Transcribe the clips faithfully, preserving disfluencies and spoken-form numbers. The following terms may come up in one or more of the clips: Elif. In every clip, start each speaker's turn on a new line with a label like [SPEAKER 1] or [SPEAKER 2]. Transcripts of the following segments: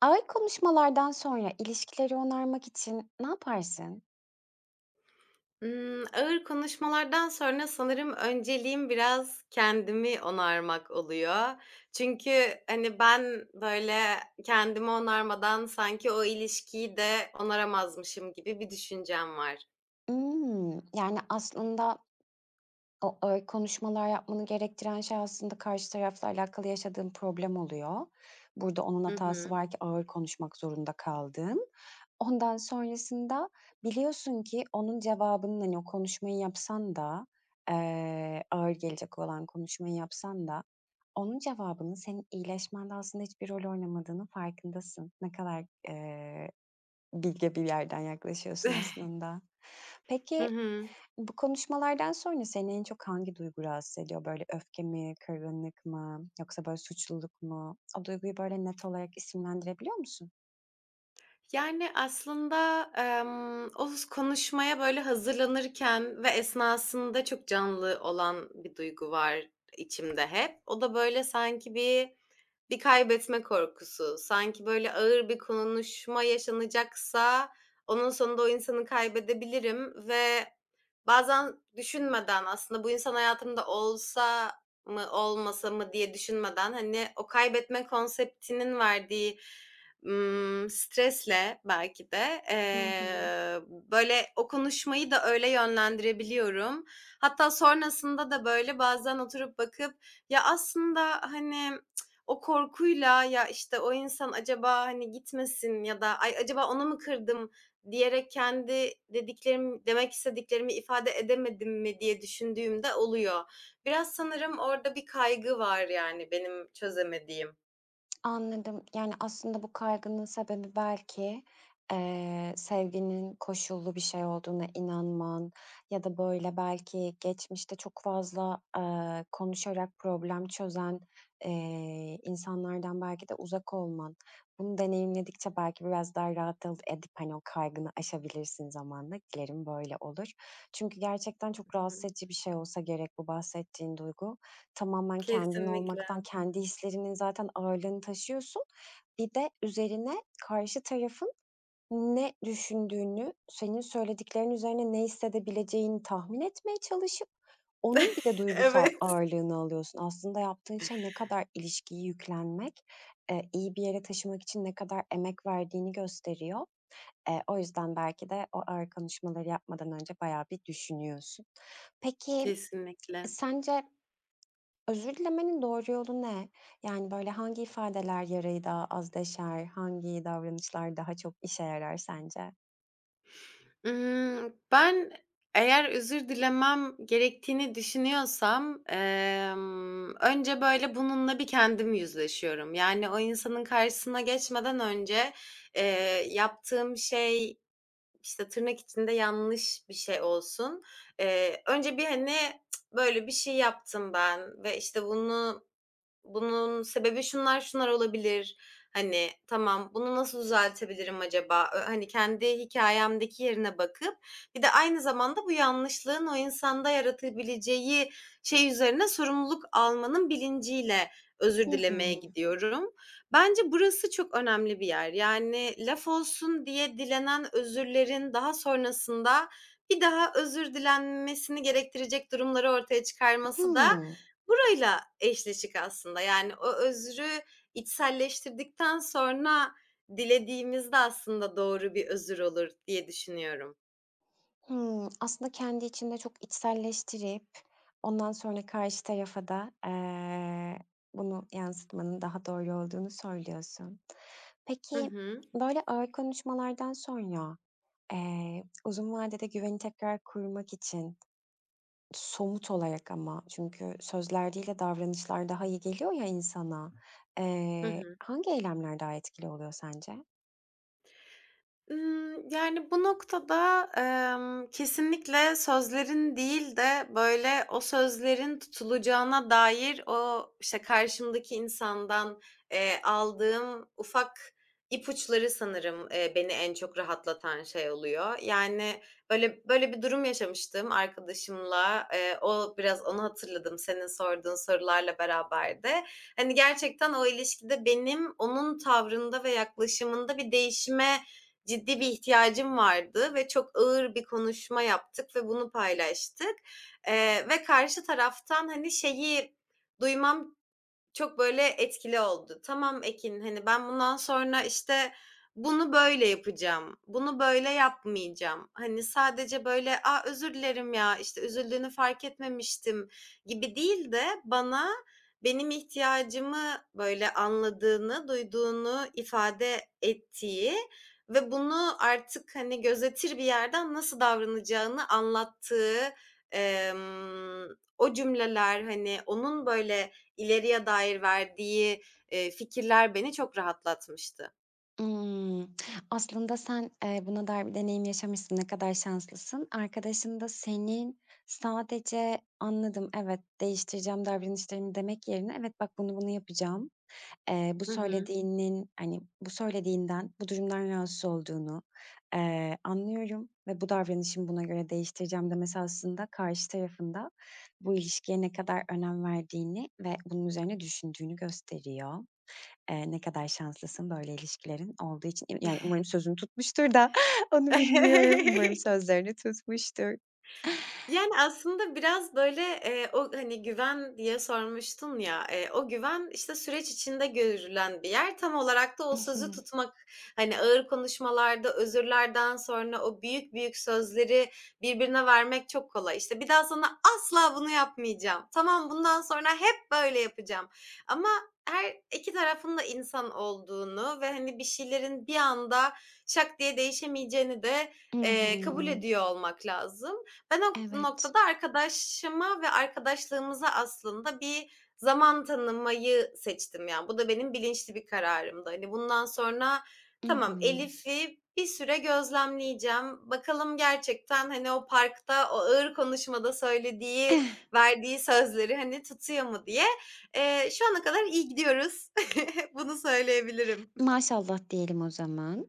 [SPEAKER 1] Ağır konuşmalardan sonra ilişkileri onarmak için ne yaparsın?
[SPEAKER 2] Imm, ağır konuşmalardan sonra sanırım önceliğim biraz kendimi onarmak oluyor. Çünkü, hani, ben, böyle, kendimi onarmadan sanki o ilişkiyi de onaramazmışım gibi bir düşüncem var.
[SPEAKER 1] Imm, yani, aslında o öyle konuşmalar yapmanı gerektiren şey aslında karşı tarafla alakalı yaşadığın problem oluyor. Burada onun
[SPEAKER 2] Hı
[SPEAKER 1] hatası
[SPEAKER 2] hı.
[SPEAKER 1] var ki ağır konuşmak zorunda kaldın. Ondan sonrasında biliyorsun ki onun cevabının, hani, o konuşmayı yapsan da, eee, ağır gelecek olan konuşmayı yapsan da onun cevabının senin iyileşmende aslında hiçbir rol oynamadığının farkındasın. Ne kadar, eee, bilge bir yerden yaklaşıyorsun aslında.
[SPEAKER 2] Hı
[SPEAKER 1] Peki,
[SPEAKER 2] hı.
[SPEAKER 1] bu konuşmalardan sonra seni en çok hangi duygu rahatsız ediyor? Böyle öfke mi, kırgınlık mı, yoksa böyle suçluluk mu? O duyguyu böyle net olarak isimlendirebiliyor musun?
[SPEAKER 2] Yani, aslında, emm, o konuşmaya, böyle, hazırlanırken ve esnasında çok canlı olan bir duygu var içimde hep. O da, böyle, sanki bir bir kaybetme korkusu, sanki, böyle, ağır bir konuşma yaşanacaksa onun sonunda o insanı kaybedebilirim ve bazen düşünmeden aslında bu insan hayatımda olsa mı, olmasa mı diye düşünmeden, hani, o kaybetme konseptinin verdiği Imm, stresle belki de,
[SPEAKER 1] Hı
[SPEAKER 2] eee, böyle, o konuşmayı da öyle yönlendirebiliyorum. Hatta sonrasında da, böyle, bazen oturup bakıp, ya, aslında, hani, o korkuyla, ya, işte, o insan acaba, hani, gitmesin ya da ay, acaba onu mu kırdım diyerek kendi dediklerim demek istediklerimi ifade edemedim mi diye düşündüğümde oluyor. Biraz sanırım orada bir kaygı var, yani, benim çözemediğim.
[SPEAKER 1] Anladım. Yani, aslında bu kaygının sebebi belki, eee, sevginin koşullu bir şey olduğuna inanman ya da, böyle, belki geçmişte çok fazla, eee, konuşarak problem çözen, eee, insanlardan belki de uzak olman. Bunu deneyimledikçe belki biraz daha rahat al edip, hani, o kaygını aşabilirsin zamanla. Dilerim böyle olur. Çünkü gerçekten çok
[SPEAKER 2] Hı
[SPEAKER 1] rahatsız
[SPEAKER 2] hı.
[SPEAKER 1] edici bir şey olsa gerek bu bahsettiğin duygu. Tamamen kendin
[SPEAKER 2] Kesinlikle.
[SPEAKER 1] olmaktan, kendi hislerinin zaten ağırlığını taşıyorsun. Bir de üzerine karşı tarafın ne düşündüğünü, senin söylediklerin üzerine ne hissedebileceğini tahmin etmeye çalışıp onun bir de duygusal
[SPEAKER 2] Evet,
[SPEAKER 1] ağırlığını alıyorsun. Aslında yaptığın şey ne kadar ilişkiyi yüklenmek, eee, iyi bir yere taşımak için ne kadar emek verdiğini gösteriyor. Eee, o yüzden belki de o ağır konuşmaları yapmadan önce bayağı bir düşünüyorsun. Peki,
[SPEAKER 2] kesinlikle.
[SPEAKER 1] sence özür dilemenin doğru yolu ne? Yani, böyle, hangi ifadeler yarayı daha az deşer, hangi davranışlar daha çok işe yarar sence?
[SPEAKER 2] Imm, ben eğer özür dilemem gerektiğini düşünüyorsam, emm, önce, böyle, bununla bir kendim yüzleşiyorum. Yani o insanın karşısına geçmeden önce, eee, yaptığım şey, işte, tırnak içinde yanlış bir şey olsun. Eee, önce bir, hani, "Cık, "Böyle bir şey yaptım ben ve, işte, bunu bunun sebebi şunlar şunlar olabilir. Hani, tamam, bunu nasıl düzeltebilirim acaba? Ö hani, kendi hikayemdeki yerine bakıp bir de aynı zamanda bu yanlışlığın o insanda yaratabileceği şey üzerine sorumluluk almanın bilinciyle
[SPEAKER 1] Hı
[SPEAKER 2] özür dilemeye
[SPEAKER 1] hı.
[SPEAKER 2] gidiyorum. Bence burası çok önemli bir yer. Yani laf olsun diye dilenen özürlerin daha sonrasında bir daha özür dilenmesini gerektirecek durumları ortaya çıkarması da
[SPEAKER 1] Hıı.
[SPEAKER 2] burayla eşleşik aslında. Yani o özrü içselleştirdikten sonra dilediğimizde aslında doğru bir özür olur diye düşünüyorum.
[SPEAKER 1] Hımm, aslında kendi içinde çok içselleştirip ondan sonra karşı tarafa da, eee, bunu yansıtmanın daha doğru olduğunu söylüyorsun.
[SPEAKER 2] Hı
[SPEAKER 1] Peki,
[SPEAKER 2] hı.
[SPEAKER 1] böyle ağır konuşmalardan sonra, eee, uzun vadede güveni tekrar kurmak için somut olarak, ama çünkü sözler değil de davranışlar daha iyi geliyor ya insana,
[SPEAKER 2] Hı
[SPEAKER 1] eee,
[SPEAKER 2] hı.
[SPEAKER 1] hangi eylemler daha etkili oluyor sence?
[SPEAKER 2] Imm, yani, bu noktada, emm, kesinlikle sözlerin değil de, böyle, o sözlerin tutulacağına dair o, işte, karşımdaki insandan, eee, aldığım ufak ipuçları sanırım, eee, beni en çok rahatlatan şey oluyor. Yani, böyle böyle bir durum yaşamıştım arkadaşımla. Eee, o biraz onu hatırladım senin sorduğun sorularla beraber de. Hani, gerçekten o ilişkide benim onun tavrında ve yaklaşımında bir değişime ciddi bir ihtiyacım vardı ve çok ağır bir konuşma yaptık ve bunu paylaştık. Eee, ve karşı taraftan, hani, şeyi duymam çok böyle etkili oldu. "Tamam Ekin, hani, ben bundan sonra, işte, bunu böyle yapacağım, bunu böyle yapmayacağım." Hani, sadece böyle, "A, özür dilerim ya, işte, üzüldüğünü fark etmemiştim." gibi değil de bana benim ihtiyacımı böyle anladığını, duyduğunu ifade ettiği ve bunu artık, hani, gözetir bir yerden nasıl davranacağını anlattığı, emm, o cümleler, hani, onun böyle İleriye dair verdiği, eee, fikirler beni çok rahatlatmıştı.
[SPEAKER 1] Imm, Aslında sen, eee, buna dair bir deneyim yaşamışsın. Ne kadar şanslısın. Arkadaşın da senin sadece "Anladım, evet, değiştireceğim davranışlarımı." demek yerine "Evet, bak, bunu bunu yapacağım. Eee, bu
[SPEAKER 2] Hı hı.
[SPEAKER 1] söylediğinin, hani, bu söylediğinden, bu durumdan rahatsız olduğunu, eee, anlıyorum ve bu davranışımı buna göre değiştireceğim." demesi aslında karşı tarafında bu ilişkiye ne kadar önem verdiğini ve bunun üzerine düşündüğünü gösteriyor. Eee, ne kadar şanslısın böyle ilişkilerin olduğu için. İ yani umarım sözünü tutmuştur da onu bilmiyorum. Umarım sözlerini tutmuştur.
[SPEAKER 2] Yani, aslında biraz, böyle, eee, o, hani, güven diye sormuştun ya, eee, o güven, işte, süreç içinde görülen bir yer. Tam olarak da
[SPEAKER 1] I
[SPEAKER 2] o sözü
[SPEAKER 1] hı.
[SPEAKER 2] tutmak, hani, ağır konuşmalarda, özürlerden sonra o büyük büyük sözleri birbirine vermek çok kolay. İşte, "Bir daha sana asla bunu yapmayacağım. Tamam, bundan sonra hep böyle yapacağım." Ama her iki tarafın da insan olduğunu ve, hani, bir şeylerin bir anda şak diye değişemeyeceğini de,
[SPEAKER 1] I hı.
[SPEAKER 2] eee, kabul ediyor olmak lazım. Ben o
[SPEAKER 1] Evet.
[SPEAKER 2] noktada arkadaşıma ve arkadaşlığımıza aslında bir zaman tanımayı seçtim, yani. Bu da benim bilinçli bir kararımdı. Hani, bundan sonra tamam,
[SPEAKER 1] I
[SPEAKER 2] Elif'i bir süre gözlemleyeceğim. Bakalım gerçekten, hani, o parkta o ağır konuşmada
[SPEAKER 1] hı.
[SPEAKER 2] söylediği, verdiği sözleri, hani, tutuyor mu diye. Eee, şu ana kadar iyi gidiyoruz. Bunu söyleyebilirim.
[SPEAKER 1] Maşallah diyelim o zaman.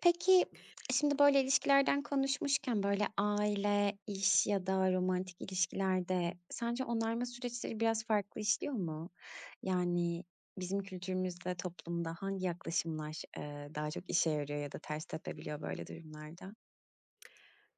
[SPEAKER 1] Peki, şimdi böyle ilişkilerden konuşmuşken, böyle, aile, iş ya da romantik ilişkilerde sence onarma süreçleri biraz farklı işliyor mu? Yani, bizim kültürümüzde, toplumda hangi yaklaşımlar, eee, daha çok işe yarıyor ya da ters tepebiliyor böyle durumlarda?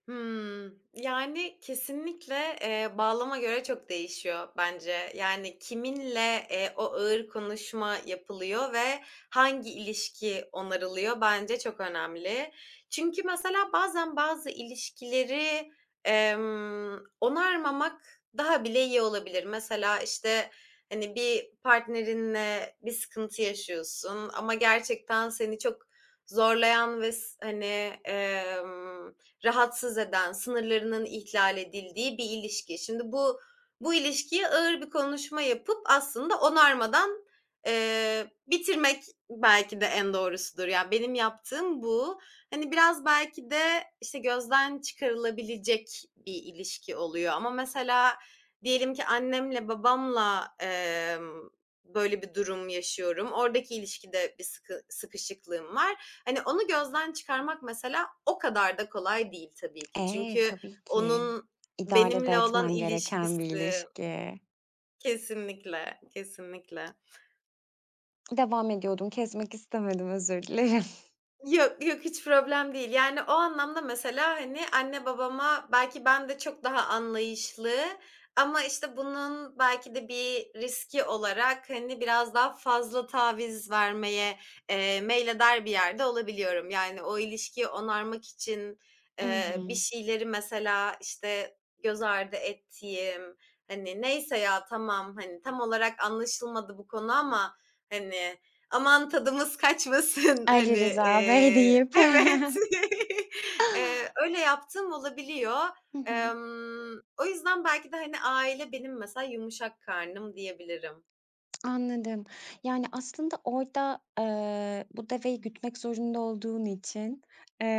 [SPEAKER 2] Hımm. Yani, kesinlikle, eee, bağlama göre çok değişiyor bence. Yani, kiminle, eee, o ağır konuşma yapılıyor ve hangi ilişki onarılıyor bence çok önemli. Çünkü mesela bazen bazı ilişkileri, emm, onarmamak daha bile iyi olabilir. Mesela, işte, hani, bir partnerinle bir sıkıntı yaşıyorsun ama gerçekten seni çok zorlayan ve s hani, emm, rahatsız eden, sınırlarının ihlal edildiği bir ilişki. Şimdi bu bu ilişkiye ağır bir konuşma yapıp aslında onarmadan eee, bitirmek belki de en doğrusudur. Yani benim yaptığım bu. Hani biraz belki de işte gözden çıkarılabilecek bir ilişki oluyor. Ama mesela diyelim ki annemle babamla eee, böyle bir durum yaşıyorum. Oradaki ilişkide bir sıkı, sıkışıklığım var. Hani, onu gözden çıkarmak mesela o kadar da kolay değil tabii ki.
[SPEAKER 1] Ee,
[SPEAKER 2] Çünkü
[SPEAKER 1] tabii ki.
[SPEAKER 2] onun
[SPEAKER 1] İdare de
[SPEAKER 2] benimle olan
[SPEAKER 1] etmen gereken bir
[SPEAKER 2] ilişkisi.
[SPEAKER 1] ilişki.
[SPEAKER 2] Kesinlikle, kesinlikle.
[SPEAKER 1] Devam ediyordum, kesmek istemedim, özür dilerim.
[SPEAKER 2] Yok, yok hiç problem değil. Yani o anlamda mesela, hani, anne babama belki ben de çok daha anlayışlı ama, işte, bunun belki de bir riski olarak, hani, biraz daha fazla taviz vermeye, eee, meyleder bir yerde olabiliyorum. Yani o ilişkiyi onarmak için,
[SPEAKER 1] I
[SPEAKER 2] eee, bir
[SPEAKER 1] hı.
[SPEAKER 2] şeyleri mesela, işte, göz ardı ettiğim, hani, neyse ya tamam, hani, tam olarak anlaşılmadı bu konu ama, hani, aman tadımız kaçmasın
[SPEAKER 1] Ali
[SPEAKER 2] hani,
[SPEAKER 1] Rıza Bey
[SPEAKER 2] eee,
[SPEAKER 1] deyip.
[SPEAKER 2] evet. Eee, öyle yaptığım olabiliyor.
[SPEAKER 1] Hı hı.
[SPEAKER 2] Emm, o yüzden belki de, hani, aile benim mesela yumuşak karnım diyebilirim.
[SPEAKER 1] Anladım. Yani, aslında orada, eee, bu deveyi gütmek zorunda olduğun için,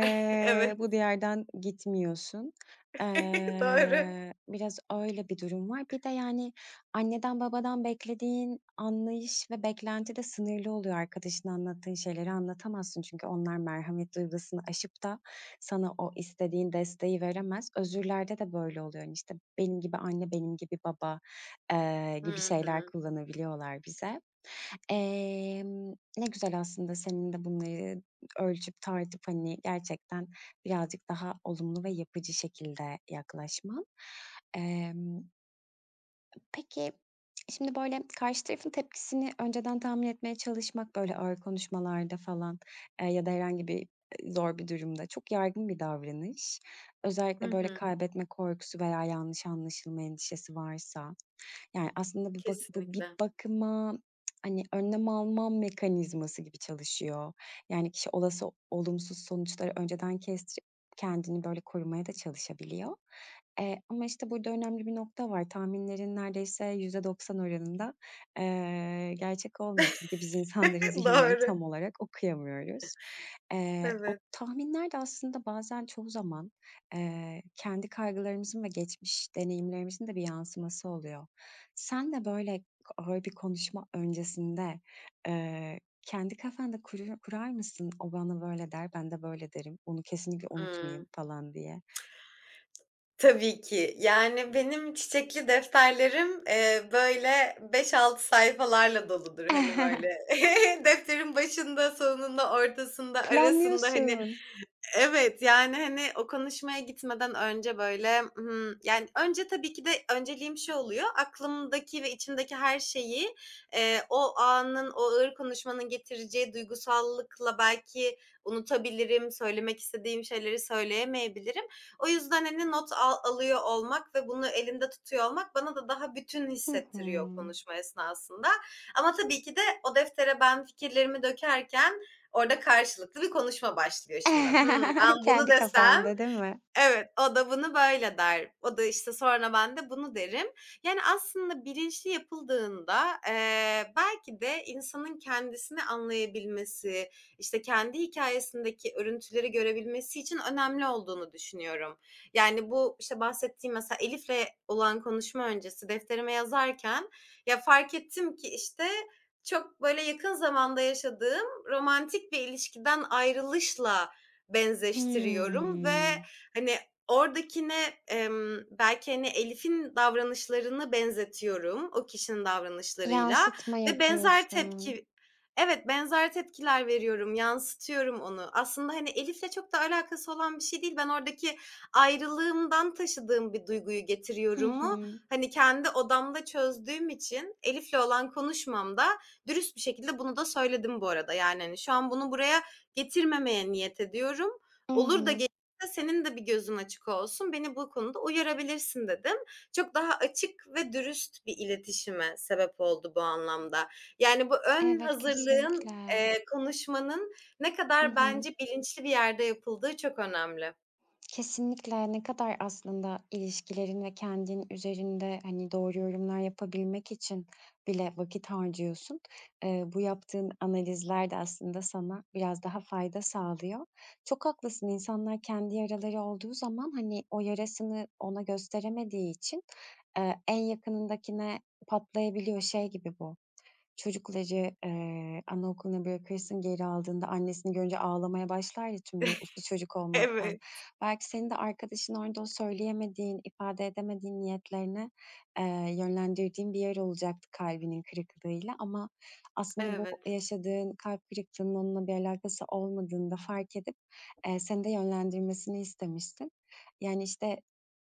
[SPEAKER 2] Evet,
[SPEAKER 1] bu diyardan gitmiyorsun.
[SPEAKER 2] doğru.
[SPEAKER 1] Eee, biraz öyle bir durum var. Bir de, yani, anneden babadan beklediğin anlayış ve beklenti de sınırlı oluyor. Arkadaşına anlattığın şeyleri anlatamazsın çünkü onlar merhamet duygusunu aşıp da sana o istediğin desteği veremez. Özürlerde de böyle oluyor. Hani, işte, benim gibi anne, benim gibi baba eee, gibi
[SPEAKER 2] Hı
[SPEAKER 1] şeyler
[SPEAKER 2] hı.
[SPEAKER 1] kullanabiliyorlar bize. Emm, Ne güzel aslında senin de bunları ölçüp tartıp, hani, gerçekten birazcık daha olumlu ve yapıcı şekilde yaklaşman. Emm, peki, şimdi, böyle, karşı tarafın tepkisini önceden tahmin etmeye çalışmak, böyle, ağır konuşmalarda falan, eee, ya da herhangi bir, eee, zor bir durumda çok yaygın bir davranış.
[SPEAKER 2] Hı
[SPEAKER 1] Özellikle, böyle,
[SPEAKER 2] hı.
[SPEAKER 1] kaybetme korkusu veya yanlış anlaşılma endişesi varsa. Yani, aslında bu bak bu bir
[SPEAKER 2] Kesinlikle.
[SPEAKER 1] bakıma, hani, önlem alma mekanizması gibi çalışıyor. Yani, kişi olası olumsuz sonuçları önceden kestirip kendini böyle korumaya da çalışabiliyor. Eee, ama, işte, burada önemli bir nokta var. Tahminlerin neredeyse yüzde doksan oranında, eee, gerçek olmuyor. Çünkü biz insanların zihinlerini
[SPEAKER 2] Doğru.
[SPEAKER 1] tam olarak okuyamıyoruz. Eee, o
[SPEAKER 2] Evet.
[SPEAKER 1] tahminler de aslında bazen çoğu zaman, eee, kendi kaygılarımızın ve geçmiş deneyimlerimizin de bir yansıması oluyor. Sen de böyle ağır bir konuşma öncesinde, eee, kendi kafanda kuruyor kurar mısın? "O bana böyle der, ben de böyle derim. Onu kesinlikle unutmayayım."
[SPEAKER 2] Hıı.
[SPEAKER 1] falan diye.
[SPEAKER 2] Tabii ki. Yani benim çiçekli defterlerim, eee, böyle beş altı sayfalarla doludur. Hani, böyle defterin başında, sonunda, ortasında, arasında, hani,
[SPEAKER 1] Planlıyorsun.
[SPEAKER 2] evet, yani, hani, o konuşmaya gitmeden önce, böyle, hımm, yani, önce tabii ki de önceliğim şey oluyor, aklımdaki ve içimdeki her şeyi, eee, o anın, o ağır konuşmanın getireceği duygusallıkla belki unutabilirim, söylemek istediğim şeyleri söyleyemeyebilirim. O yüzden, hani, not al alıyor olmak ve bunu elinde tutuyor olmak bana da daha bütün
[SPEAKER 1] Hı hı.
[SPEAKER 2] hissettiriyor konuşma esnasında. Ama tabii ki de o deftere ben fikirlerimi dökerken, orada karşılıklı bir konuşma başlıyor şimdi. Hımm, ben bunu
[SPEAKER 1] Kendi
[SPEAKER 2] desem,
[SPEAKER 1] kafanda değil mi?
[SPEAKER 2] evet, o da bunu böyle der. O da, işte, sonra ben de bunu derim. Yani, aslında bilinçli yapıldığında, eee, belki de insanın kendisini anlayabilmesi, işte, kendi hikâyesindeki örüntüleri görebilmesi için önemli olduğunu düşünüyorum. Yani, bu, işte, bahsettiğim mesela Elif'le olan konuşma öncesi defterime yazarken ya, fark ettim ki, işte, çok, böyle, yakın zamanda yaşadığım romantik bir ilişkiden ayrılışla benzeştiriyorum ve,
[SPEAKER 1] Hımm.
[SPEAKER 2] hani, oradakine, emm, belki, hani, Elif'in davranışlarını benzetiyorum o kişinin davranışlarıyla
[SPEAKER 1] Yansıtma
[SPEAKER 2] ve benzer
[SPEAKER 1] yapıyorsun.
[SPEAKER 2] tepki evet, benzer tepkiler veriyorum, yansıtıyorum onu. Aslında, hani, Elif'le çok da alakası olan bir şey değil. Ben oradaki ayrılığımdan taşıdığım bir duyguyu
[SPEAKER 1] Hı
[SPEAKER 2] getiriyorumu,
[SPEAKER 1] hı.
[SPEAKER 2] hani, kendi odamda çözdüğüm için Elif'le olan konuşmamda dürüst bir şekilde bunu da söyledim bu arada. Yani, hani, şu an bunu buraya getirmemeye niyet ediyorum.
[SPEAKER 1] I
[SPEAKER 2] Olur da
[SPEAKER 1] hı.
[SPEAKER 2] gelirse senin de bir gözün açık olsun, beni bu konuda uyarabilirsin dedim. Çok daha açık ve dürüst bir iletişime sebep oldu bu anlamda. Yani bu ön
[SPEAKER 1] Evet,
[SPEAKER 2] hazırlığın,
[SPEAKER 1] kesinlikle.
[SPEAKER 2] eee, konuşmanın ne
[SPEAKER 1] Hı
[SPEAKER 2] kadar
[SPEAKER 1] hı.
[SPEAKER 2] bence bilinçli bir yerde yapıldığı çok önemli.
[SPEAKER 1] Kesinlikle. Ne kadar aslında ilişkilerin ve kendin üzerinde, hani, doğru yorumlar yapabilmek için bile vakit harcıyorsun. Eee, bu yaptığın analizler de aslında sana biraz daha fayda sağlıyor. Çok haklısın. İnsanlar kendi yaraları olduğu zaman, hani, o yarasını ona gösteremediği için, eee, en yakınındakine patlayabiliyor. Şey gibi bu, çocukları, eee, anaokuluna bırakırsın, geri aldığında annesini görünce ağlamaya başlar ya tüm gün uslu çocuk olmaktan.
[SPEAKER 2] Evet.
[SPEAKER 1] Belki senin de arkadaşın orada o söyleyemediğin, ifade edemediğin niyetlerini, eee, yönlendirdiğin bir yer olacaktı kalbinin kırıklığıyla, ama aslında bu
[SPEAKER 2] Evet,
[SPEAKER 1] yaşadığın kalp kırıklığının onunla bir alakası olmadığını da fark edip, eee, seni de yönlendirmesini istemişsin. Yani, işte,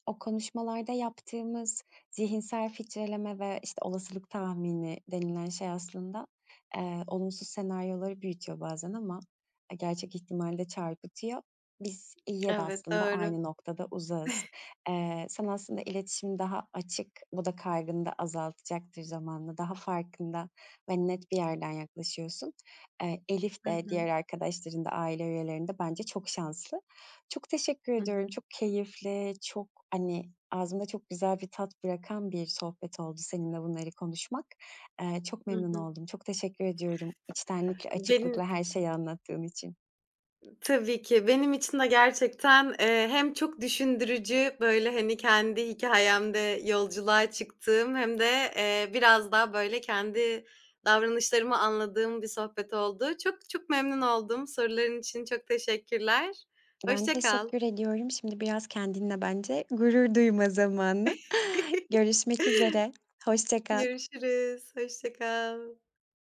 [SPEAKER 1] o konuşmalarda yaptığımız zihinsel filtreleme ve, işte, olasılık tahmini denilen şey aslında, eee, olumsuz senaryoları büyütüyor bazen, ama, eee, gerçek ihtimali çarpıtıyor. Biz iyiye de
[SPEAKER 2] evet,
[SPEAKER 1] aslında
[SPEAKER 2] doğru.
[SPEAKER 1] aynı noktada uzağız. Eee, sen aslında iletişim daha açık, bu da kaygını da azaltacaktır zamanla. Daha farkında ve net bir yerden yaklaşıyorsun. Eee, Elif
[SPEAKER 2] Hı
[SPEAKER 1] de,
[SPEAKER 2] hı.
[SPEAKER 1] diğer arkadaşların da, aile üyelerinde bence çok şanslı. Çok teşekkür
[SPEAKER 2] Hı hı.
[SPEAKER 1] ediyorum. Çok keyifli, çok, hani, ağzımda çok güzel bir tat bırakan bir sohbet oldu seninle bunları konuşmak. Eee, çok
[SPEAKER 2] Hı
[SPEAKER 1] memnun
[SPEAKER 2] hı.
[SPEAKER 1] oldum. Çok teşekkür ediyorum içtenlikle,
[SPEAKER 2] Benim
[SPEAKER 1] açıklıkla her şeyi anlattığın için.
[SPEAKER 2] Tabii ki. Benim için de gerçekten, eee, hem çok düşündürücü, böyle, hani, kendi hikâyemde yolculuğa çıktığım hem de, eee, biraz daha, böyle, kendi davranışlarımı anladığım bir sohbet oldu. Çok çok memnun oldum. Soruların için çok teşekkürler.
[SPEAKER 1] Ben
[SPEAKER 2] Hoşça kal.
[SPEAKER 1] teşekkür ediyorum. Şimdi biraz kendinle bence gurur duyma zamanı. Görüşmek üzere. Hoşça kal.
[SPEAKER 2] Görüşürüz. Hoşça kal.